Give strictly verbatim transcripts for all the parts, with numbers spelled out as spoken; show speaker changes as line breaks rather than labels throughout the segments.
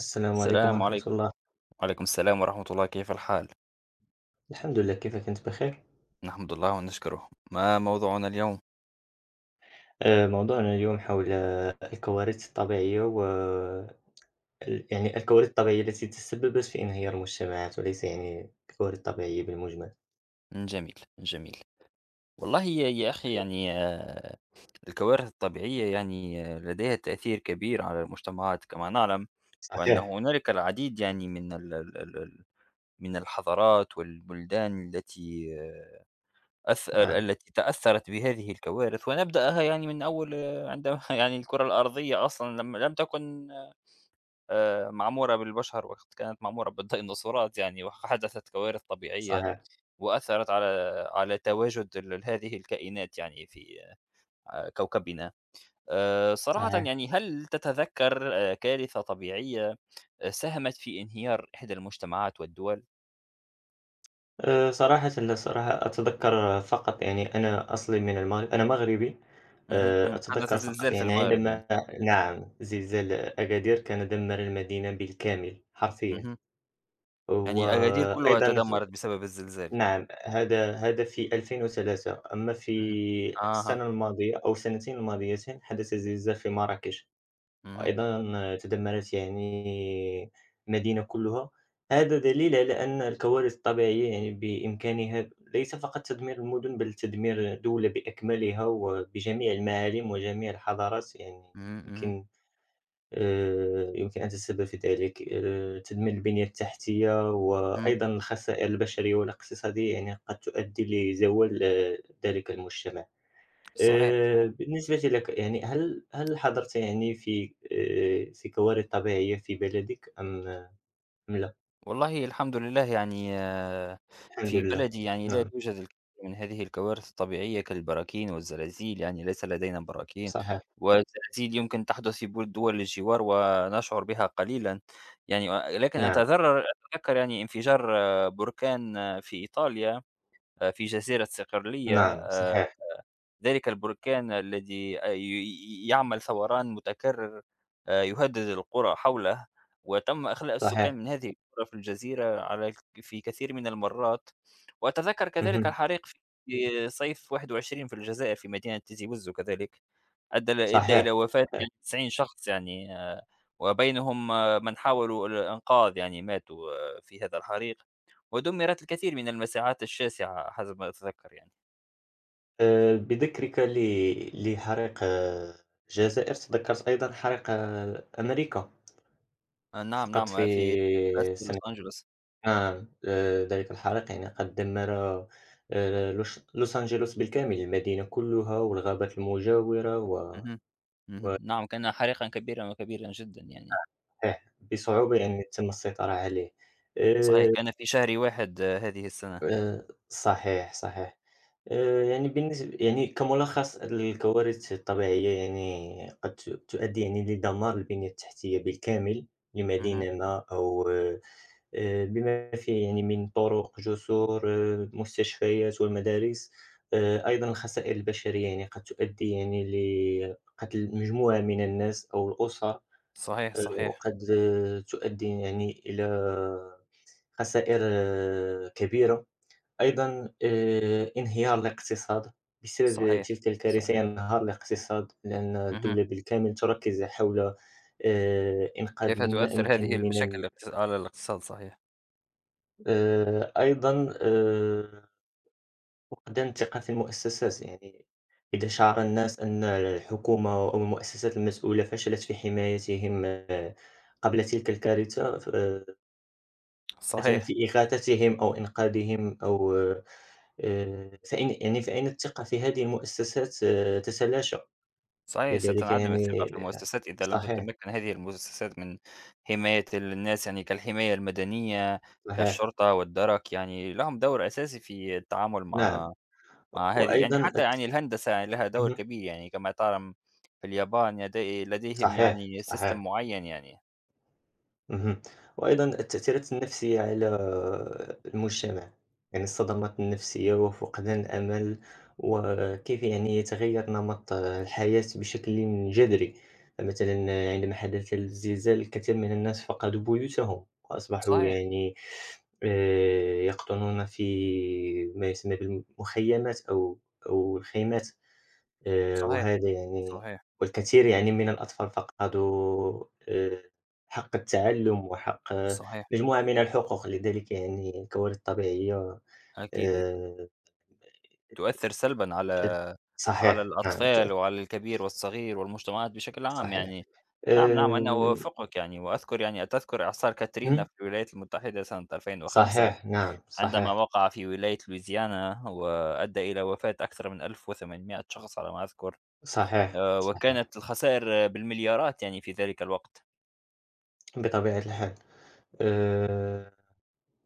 السلام عليكم
السلام
ورحمة
عليكم.
الله،
وعليكم السلام ورحمة الله، كيف الحال؟
الحمد لله كيفك أنت بخير؟
نحمد الله ونشكره. ما موضوعنا اليوم؟
آآ، موضوعنا اليوم حول آه، الكوارث الطبيعية و ال يعني الكوارث الطبيعية التي تسببت في انهيار المجتمعات وليس يعني الكوارث الطبيعية بالمجمل.
جميل، جميل. والله يا يا أخي، يعني آه، الكوارث الطبيعية، يعني آه، لديها تأثير كبير على المجتمعات كما نعلم، وأن
صحيح،
هنالك العديد يعني من ال- ال- ال- ال- من الحضارات والبلدان التي آه، أث-
نعم،
التي تأثرت بهذه الكوارث، ونبدأها يعني من أول، آه، عندما يعني الكرة الأرضية أصلا لم لم تكن، آه، آآ معمورة بالبشر، وقت كانت معمورة بالديناصورات يعني، وحدثت كوارث طبيعية
صحيح،
وأثّرت على على تواجد ال هذه الكائنات يعني في آآ كوكبنا. آآ صراحةً
صحيح.
يعني، هل تتذكر آآ كارثة طبيعية آآ ساهمت في انهيار إحدى المجتمعات والدول؟
آآ، صراحةً لا، صراحة أتذكر فقط يعني أنا أصلي من المغرب، أنا مغربي.
اهم،
آآ،
اهم. حدث
أتذكر فقط
زلزال في
يعني
المغرب يعني.
عندما، نعم، زلزال أكادير كان دمر المدينة بالكامل حرفيًا،
اهم، يعني أغادير كلها
وأيضًا ف
تدمّرت بسبب الزلزال.
نعم، هذا هذا في ألفين وثلاثة، أما في
اهم، أها،
السنة الماضية أو السنتين الماضيتين حدث زلزال في مراكش،
اهم،
وأيضًا تدمّرت يعني المدينة كلها، هذا دليل على أن الكوارث الطبيعية يعني بإمكانها ليس فقط تدمير المدن بل تدمير دولة بأكملها وبجميع المعالم وجميع الحضارات يعني
اهم، اهم،
يمكن. آآ يمكن أن تتسبب في ذلك، آآ تدمير البنية التحتية،
اهم،
وأيضًا الخسائر البشرية والاقتصادية يعني قد تؤدي لزوال آه، ذلك المجتمع.
صحيح،
آآ
صحيح.
بالنسبة لك يعني هل هل حضرت يعني في آآ في كوارث طبيعية في بلدك أم أم لا؟
والله الحمد لله يعني آه،
الحمد
في
لله.
بلدي يعني لا
نعم،
يوجد الكثير من هذه الكوارث الطبيعية كالبراكين والزلازل، يعني ليس لدينا براكين،
صحيح.
والزلازل يمكن تحدث في بول- دول الجوار ونشعر بها قليلا، يعني آه، لكن
نعم،
أتذرر أتذكر يعني انفجار آه، بركان آه، في إيطاليا، آه، في جزيرة صقلية،
نعم،
آه،
صحيح،
ذلك البركان الذي آآ ي ي يعمل ثوران متكرر، آآ يهدد القرى حوله، وتم إخلاء
صحيح.
السكان من هذه القرى في الجزيرة على ك في كثير من المرات. وأتذكر كذلك
اهم.
الحريق في صيف واحد وعشرين في الجزائر في مدينة تيزي وزو كذلك، أدى ل أدى
صحيح،
إلى وفاة
صحيح.
يعني تسعين شخص يعني، آآ، وبينهم، آه، من حاولوا الإنقاذ يعني، ماتوا آه، في هذا الحريق، ودُمِّرت الكثير من المساحات الشاسعة حسب ما أتذكر يعني.
آآ بذكرك ل لحريق آه، الجزائر تذكرت أيضًا حريق آه، أمريكا.
آه، نعم،
فقط
نعم،
في
آه، في مدرسة لوس
سنة
أنجلوس.
عام آآ ذلك الحريق يعني قد دمّر، آآ لوش لوس أنجلوس بالكامل، المدينة كلّها والغابات المجاورة و
اهم، اهم،
و
نعم، كان حريقًا كبيرًا كبيرًا جدًا يعني،
صحيح، بصعوبة يعني تم السيطرة عليه.
صحيح.
آآ
كان في شهر واحد هذه السنة.
آآ صحيح، صحيح. آآ يعني بالنسب يعني كملخص الكوارث الطبيعية يعني قد ت تؤدي يعني لدمار البنية التحتية بالكامل
اهم،
لمدينة ما، أو آه، آآ بما فيه يعني من طرق، جسور، آه، مستشفيات والمدارس. آآ أيضًا الخسائر البشرية، يعني قد تؤدي يعني لقتل مجموعة من الناس أو الأسر، آآ
صحيح، صحيح،
وقد آه، تؤدي يعني إلى خسائر آه، كبيرة. أيضًا آآ انهيار الاقتصاد، بسبب
صحيح،
تلك الكارثة
صحيح،
ينهار الاقتصاد، لأن
اهم.
الدولة بالكامل تركز حول آآ إنقاذ
كيف
ما
تؤثر
أمكن
هذه
من
المشاكل
ال.
الاقتص على الاقتصاد؟ صحيح،
آآ أيضًا آآ فقدان الثقة في المؤسسات، يعني إذا شعر الناس أن الحكومة أو المؤسسات المسؤولة فشلت في حمايتهم آه، قبل تلك الكارثة، ف آه، مثلًا
صحيح،
في إغاثتهم أو إنقاذهم، أو آآ فإن يعني فإن الثقة في هذه المؤسسات آه، تتلاشى،
صحيح.
لذلك
ستنعدم
يعني
الثقة في المؤسسات إذا لم
صحيح،
تتمكن هذه المؤسسات من حماية الناس، يعني كالحماية المدنية،
صحيح،
كالشرطة والدرك، يعني لهم دور أساسي في التعامل
نعم،
مع مع هذه،
وأيضًا
يعني حتى
الت
يعني الهندسة يعني لها دور
اهم،
كبير يعني كما تعلم، في اليابان يدي لديهم
صحيح،
يعني system
صحيح.
معين يعني.
اهم. وأيضًا التأثيرات النفسية على المجتمع، يعني الصدمات النفسية وفقدان الأمل، وكيف يعني يتغير نمط الحياة بشكل جذري، فمثلًا عندما حدث الزلزال الكثير من الناس فقدوا بيوتهم وأصبحوا
صحيح،
يعني آآ، يقطنون في ما يسمى بالمخيمات أو أو الخيمات. آآ
صحيح،
وهذا يعني
صحيح،
والكثير يعني من الأطفال فقدوا آآ حق التعلُّم وحق آه،
صحيح.
مجموعة من الحقوق، لذلك يعني الكوارث الطبيعية
أكيد، أكيد.
آآ
تؤثر سلبًا
تؤث
على على
صحيح، نعم، تؤث،
الأطفال وعلى الكبير والصغير والمجتمعات بشكل عام
صحيح.
يعني. نعم،
آآ
نعم، أنا أوافقك يعني، وأذكر يعني أتذكر إعصار كاترينا
إمم،
في الولايات المتحدة سنة ألفين وخمسة،
صحيح، نعم،
عندما
صحيح،
وقع في ولاية لويزيانا وأدى إلى وفاة أكثر من ألف وثمانمائة شخص على ما أذكر.
صحيح،
آآ
صحيح،
وكانت الخسائر بالمليارات يعني في ذلك الوقت.
بطبيعة الحال. آآ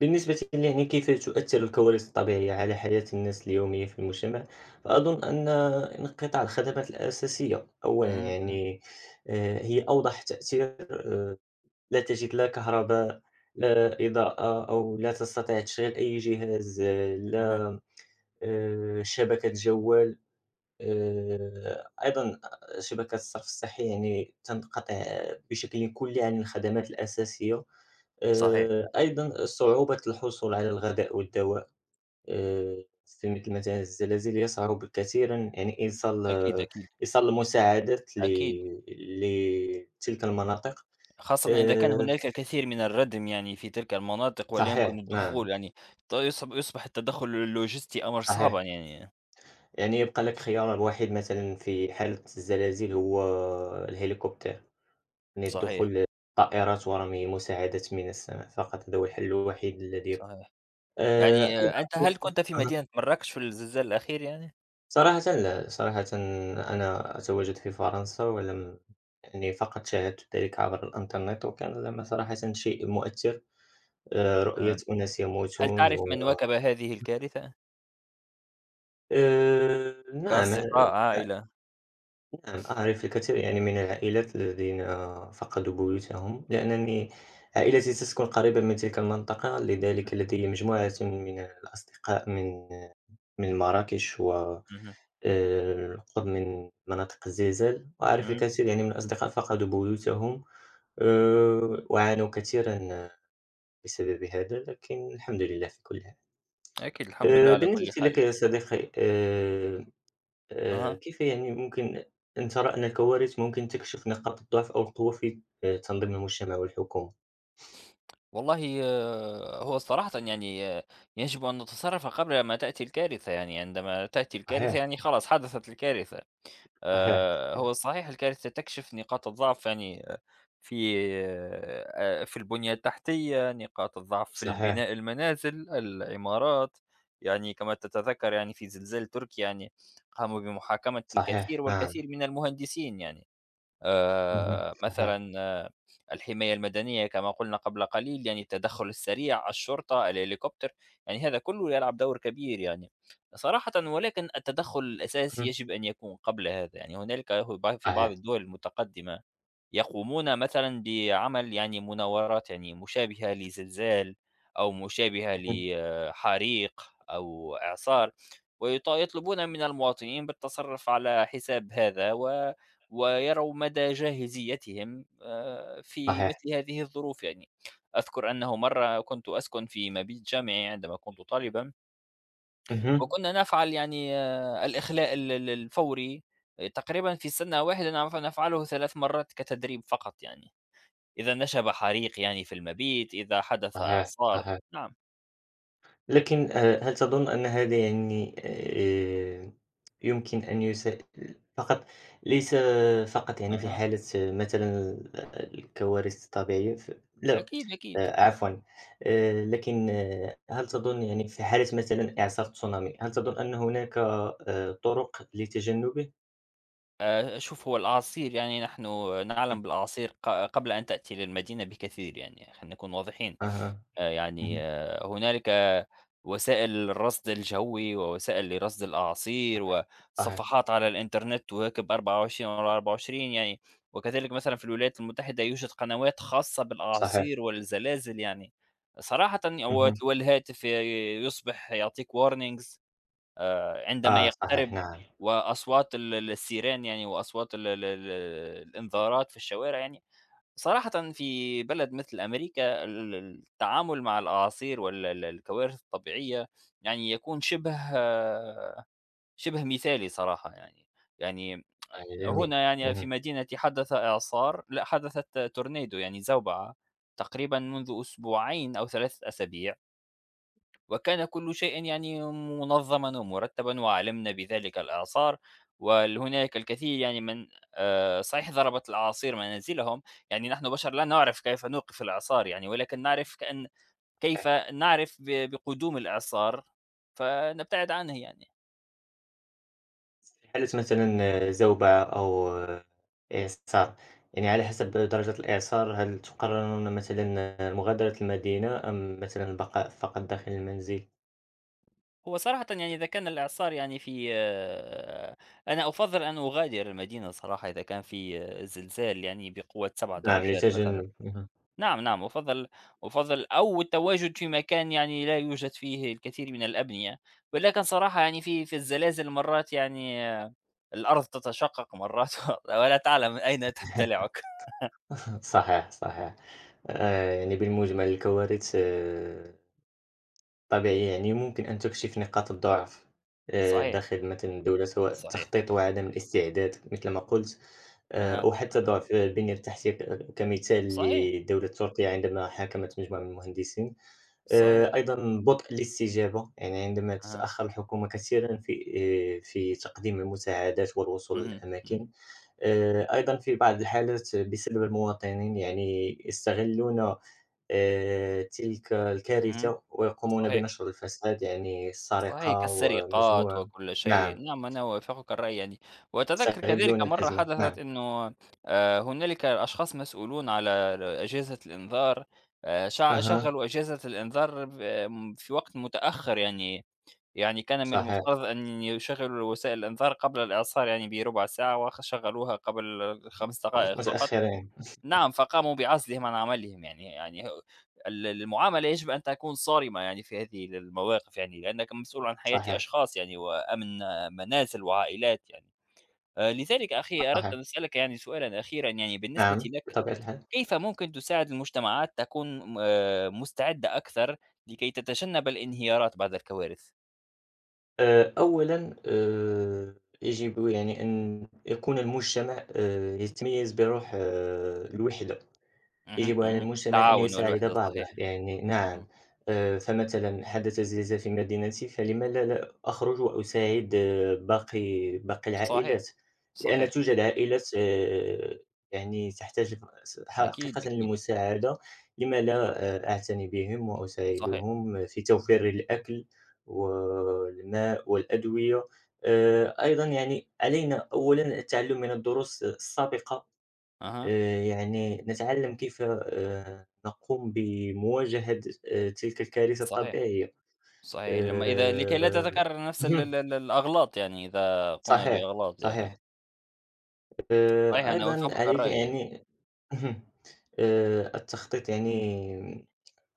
بالنسبة لي يعني كيف تؤثر الكوارث الطبيعية على حياة الناس اليومية في المجتمع، فأظن أن انقطاع الخدمات الأساسية أولا
اهم، اهم،
يعني آه، هي أوضح تأثير، آه، لا تجد لا كهرباء، لا إضاءة، أو لا تستطيع تشغيل أي جهاز، آه،
اهم.
لا آه، شبكة جوال، آه، أيضا شبكة الصرف الصحي يعني تنقطع بشكل كلي عن الخدمات الأساسية،
صحيح.
آه، أيضا صعوبة الحصول على الغذاء والدواء. آآ في مثل مثلًا الزلازل يصعب كثيرًا يعني إيصال،
أكيد،
آه،
أكيد،
إيصال المساعدات ل
أكيد.
لتلك المناطق.
خاصةً إذا كان
آآ
هنالك الكثير من الردم يعني في تلك المناطق، ولا
صحيح،
يمكن الدخول
نعم،
يعني، ط يصب يصبح التدخُّل اللوجستي أمر صعبًا
صحيح.
يعني.
يعني يبقى لك خيار الوحيد مثلًا في حالة الزلازل هو الهليكوبتر، يعني
صحيح،
الدخول، طائرات ورمي مساعدات من السماء، فقط هذا هو الحل الوحيد الذي يبقى.
صحيح.
آآ أيضًا
يعني آه، أنت، هل
الوقوف
كنت في
أها.
مدينة مراكش في الزلزال الأخير يعني؟
صراحةً لا، صراحةً أنا أتواجد في فرنسا ولم، يعني فقط شاهدت ذلك عبر الإنترنت، وكان لما صراحةً شيء مؤثر، آآ، رؤية
تمام.
أناس
هل
يموتون.
تعرف
و
من واكب هذه الكارثة؟
آآ، نعم آه،
كأصدقاء، عائلة؟
نعم، أعرف الكثير يعني من العائلات الذين فقدوا بيوتهم، لأنني عائلتي تسكن قريبًا من تلك المنطقة، لذلك
اهم،
لدي مجموعة من الأصدقاء من من مراكش و
اهم،
آآ القرب من مناطق الزلزال، وأعرف
اهم.
الكثير يعني من الأصدقاء فقدوا بيوتهم، آآ وعانوا كثيرًا بسبب هذا، لكن الحمد لله في كل حال.
أكيد، الحمد لله
آآ
على كل
بالنسبة لك
حال.
يا صديقي، آآ آآ
أها.
كيف يعني ممكن أن ترى أن الكوارث ممكن تكشف نقاط الضعف أو القوة في آآ تنظيم المجتمع والحكومة؟
والله آه، هو صراحةً يعني آه، يجب أن نتصرّف قبل ما تأتي الكارثة، يعني عندما تأتي الكارثة
صحيح،
يعني خلاص حدثت الكارثة.
صحيح،
آآ هو صحيح، الكارثة تكشف نقاط الضعف يعني آه، في آآ في البنية التحتية، نقاط الضعف في
صحيح،
البناء، المنازل، العمارات، يعني كما تتذكّر يعني في زلزال تركيا يعني، قاموا بمحاكمة
صحيح،
الكثير
نعم،
والكثير من المهندسين يعني.
اهم،
آآ
صحيح،
مثلًا، آه، الحماية المدنية كما قُلنا قبل قليل، يعني التدخُّل السريع، الشرطة، الهليكوبتر، يعني هذا كُلّه يلعب دور كبير يعني. صراحةً، ولكن التدخُّل الأساسي
اهم،
يجب أن يكون قبل هذا، يعني هنالك هو ب في بعض
صحيح،
الدول المتقدمة يقومون مثلًا بعمل يعني مناورات يعني مشابهة لزلزال، أو مشابهة
اهم،
لحريق، أو إعصار، ويط يطلبون من المواطنين بالتصرُّف على حساب هذا، و ويروا مدى جاهزيتهم آآ، في
صحيح،
مثل هذه الظروف يعني. أذكر أنه مرة كنت أسكن في مبيت جامعي عندما كنت طالبًا،
اهم،
وكنا نفعل يعني آه، الإخلاء ال ال الفوري، تقريبًا في سنة واحدة نعرف نفعله ثلاث مرات كتدريب فقط يعني. إذا نشب حريق يعني في المبيت، إذا حدث
صحيح،
إعصار،
صحيح.
نعم.
لكن آآ هل تظن أن هذا يعني آآ يمكن أن يسا، فقط ليس فقط يعني في
أها.
حالة آه، مثلًا الكوارث الطبيعية ف لا.
أكيد، أكيد.
آآ عفوًا، آآ لكن آه، هل تظن يعني في حالة مثلًا إعصار تسونامي، هل تظن أن هناك آآ طرق لتجنبه؟
آآ شوف، هو الأعاصير، يعني نحن نعلم بالأعاصير ق قبل أن تأتي للمدينة بكثير يعني، خلينا نكون واضحين.
اهم، أها،
آآ يعني
اهم،
آه، هنالك وسائل للرصد الجوي، ووسائل لرصد الأعاصير،
صحيح،
وصفحات على الإنترنت تواكب أربعة وعشرين ورا أربعة وعشرين يعني، وكذلك مثلًا في الولايات المتحدة يوجد قنوات خاصة
صحيح،
بالأعاصير والزلازل يعني، صراحةً، و
اهم،
والهاتف ي يصبح يعطيك warnings آآ عندما
آه صحيح،
يقترب،
نعم،
وأصوات ال السيران يعني، وأصوات ال ال ال الإنذارات في الشوارع يعني. صراحةً في بلد مثل أمريكا ال ال- التعامل مع الأعاصير وال ال الكوارث الطبيعية يعني يكون شبه شبه مثالي صراحة يعني. يعني
صحيح، جميل،
هنا يعني في
اهم.
مدينتي حدث إعصار، لأ، حدثت tornado يعني زوبعة تقريبًا منذ أسبوعين أو ثلاث أسابيع. وكان كل شيء يعني منظما ومرتبا، وعلمنا بذلك الإعصار، وهناك الكثير يعني من، آه، صحيح، ضربت الأعاصير منازلهم يعني. نحن بشر لا نعرف كيف نوقف الإعصار يعني، ولكن نعرف كأن كيف نعرف ب- بقدوم الإعصار فنبتعد عنه يعني.
حالة مثلًا زوبعة أو آه، إعصار، يعني على حسب درجة الإعصار هل تقررون مثلًا آه، مغادرة المدينة أم مثلًا البقاء فقط داخل المنزل؟
هو صراحة يعني، إذا كان الإعصار يعني في، آه، أنا أفضل أن أغادر المدينة صراحة، إذا كان في آه، زلزال يعني بقوة سبع
نعم،
درجات مثلا.
لتجنب اهم،
نعم، نعم، أُفضّل أُفضّل أو التواجد في مكان يعني لا يوجد فيه الكثير من الأبنية، ولكن صراحة يعني في في الزلازل مرات يعني آه، الأرض تتشقق مرات ولا تعلم أين تبتلعك.
صحيح، صحيح. آآ يعني بالمجمل الكوارث آه، طبيعي، يعني ممكن أن تكشف نقاط الضعف آآ
صحيح،
داخل مثلًا الدولة، سواء
صحيح.
التخطيط وعدم الاستعداد مثل ما قُلت، آآ
أها،
أو حتى
أها.
ضعف البنية التحتية ك كمثال
صحيح،
لدولة تركيا عندما حاكمت مجموعة من المهندسين،
صحيح.
آآ أيضًا بطء الاستجابة، يعني عندما
أها.
تتأخر الحكومة كثيرًا في آآ في تقديم المساعدات والوصول
اهم، اهم،
للأماكن، آآ أيضًا في بعض الحالات بسبب المواطنين يعني يستغلون آآ تلك
اهم.
الكارثة ويقومون
صحيح.
بنشر الفساد، يعني
صحيح،
السرقة
كالسرقات
ومجموعة.
وكل شيء،
نعم،
نعم، أنا أوافقك الرأي يعني، وأتذكر كذلك
يستغلون
مرة
الأزمة،
حدثت
نعم.
أنه آه، هنالك أشخاص مسؤولون على أجهزة الإنذار، آه، شع-
أها،
شغلوا أجهزة الإنذار ب- آم، في وقت متأخر يعني. يعني كان من
صحيح،
المفترض أن يشغلوا وسائل الإنذار قبل الإعصار يعني بربع ساعة، وشغلوها قبل خمس
مت
دقائق فقط.
متأخرين،
نعم، فقاموا بعزلهم عن عملهم يعني، يعني ه ال المعاملة يجب أن تكون صارمة يعني في هذه ال المواقف يعني، لأنك مسؤول عن حياة
صحيح،
أشخاص يعني، وأمن آه، منازل وعائلات يعني. آآ لذلك أخي، أردت
صحيح،
أن أسألك يعني سؤالًا أخيرًا يعني. بالنسبة
نعم،
لك،
بطبيعة الحال.
كيف ممكن تساعد المجتمعات تكون م آآ مستعدة أكثر لكي تتجنب الانهيارات بعد الكوارث؟
آآ أولًا آآ يجب يعني أن يكون المجتمع آآ يتميز بروح آه، الوحدة.
اهم،
يجب على
اهم،
المجتمع أن
التعاون
يساعد
والوحدة
بعضه
صحيح.
يعني،
إمم،
نعم آه، فمثلا حدث زلزال في مدينتي، فلما لا لا أخرج وأساعد آه، باقي باقي
صحيح،
العائلات؟ لأن
صحيح،
توجد عائلات آه، يعني تحتاج
أكيد،
حقيقة
أكيد،
للمساعدة، لما لا آه، أعتني بهم
صحيح،
وأساعدهم في توفير الأكل والماء والأدوية. آه، أيضا يعني علينا أولا التعلم من الدروس السابقة.
أها،
آآ يعني نتعلم كيف آآ نقوم بمواجهة آآ تلك الكارثة
صحيح.
الطبيعية.
صحيح، لما إذا لكي لا
آآ
تتكرر نفس ال
اهم،
ال ال الأغلاط يعني، إذا قمنا
صحيح،
بأغلاط يعني،
صحيح.
صحيح،
آآ
أنا
أيضًا
أوافقك
عليك
الرأي يعني.
يعني اهم، آآ التخطيط يعني،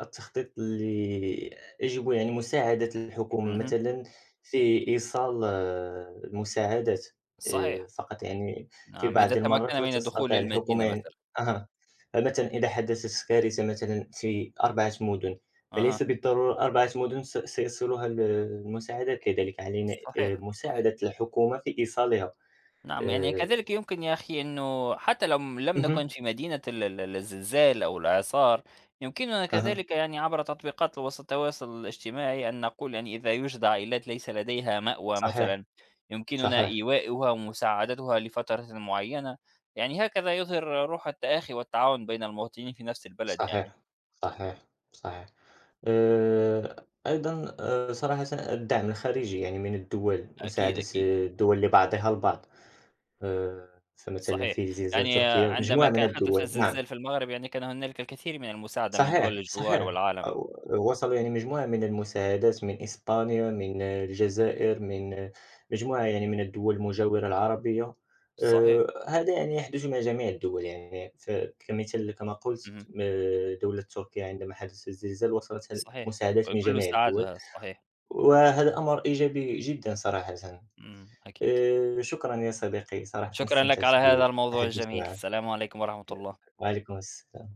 التخطيط اللي يجب يعني مساعدة الحكومة
اهم،
مثلًا في إيصال آه، المساعدات، آآ،
صحيح،
فقط يعني في
نعم، إذا
بعض
تمكن
المرات لا
من الدخول
تستطيع
للمدينة
الحكومة
مثلًا.
يعني، أها، فمثلًا إذا حدثت كارثة مثلًا في أربع مدن، فليس
أها،
بالضرورة أربع مدن س سيصلها ال المساعدات، لذلك علينا آآ،
صحيح، صحيح.
مساعدة الحكومة في إيصالها.
نعم، يعني
آآ،
كذلك يمكن يا أخي، أنه حتى لو م- لم
اهم،
نكن في مدينة ال ال ال الزلزال أو الإعصار، يمكننا
أها،
كذلك يعني عبر تطبيقات وسائل التواصل الاجتماعي أن نقول يعني، إذا يوجد عائلات ليس لديها مأوى
صحيح،
مثلا، يمكننا
صحيح،
إيواؤها ومساعدتها لفترة معينة، يعني هكذا يظهر روح التآخي والتعاون بين المواطنين في نفس البلد يعني.
صحيح، صحيح، صحيح. آآ أيضًا آآ صراحةً الدعم الخارجي، يعني من الدول،
أكيد،
مساعدة
أكيد،
آه، الدول لبعضها البعض، آآ فمثلًا
صحيح.
في زلزال
يعني
تركيا،
عندما
مجموعة من
كان حدث
الدول، نعم،
الزلزال في المغرب يعني كان هنالك الكثير من المساعدة من
صحيح،
دول الجوار
صحيح،
والعالم،
و وصلوا يعني مجموعة من المساعدات من إسبانيا، من آه، الجزائر، من آه، مجموعة يعني من الدول المجاورة العربية،
صحيح،
آآ هذا يعني يحدث مع جميع الدول يعني، فكمثال كما قلت
اهم.
آآ دولة تركيا عندما حدث الزلزال وصلتها
صحيح،
المساعدات من
وكُلّه
جميع الدول.
سعادة، صحيح.
وهذا أمر إيجابي جدًا صراحةً.
إمم، أكيد.
آآ، شكرًا يا صديقي، صراحةً
شكرًا لك على
استمتعت
هذا الموضوع
بالتحدث
الجميل،
معك.
السلام عليكم ورحمة الله.
وعليكم السلام.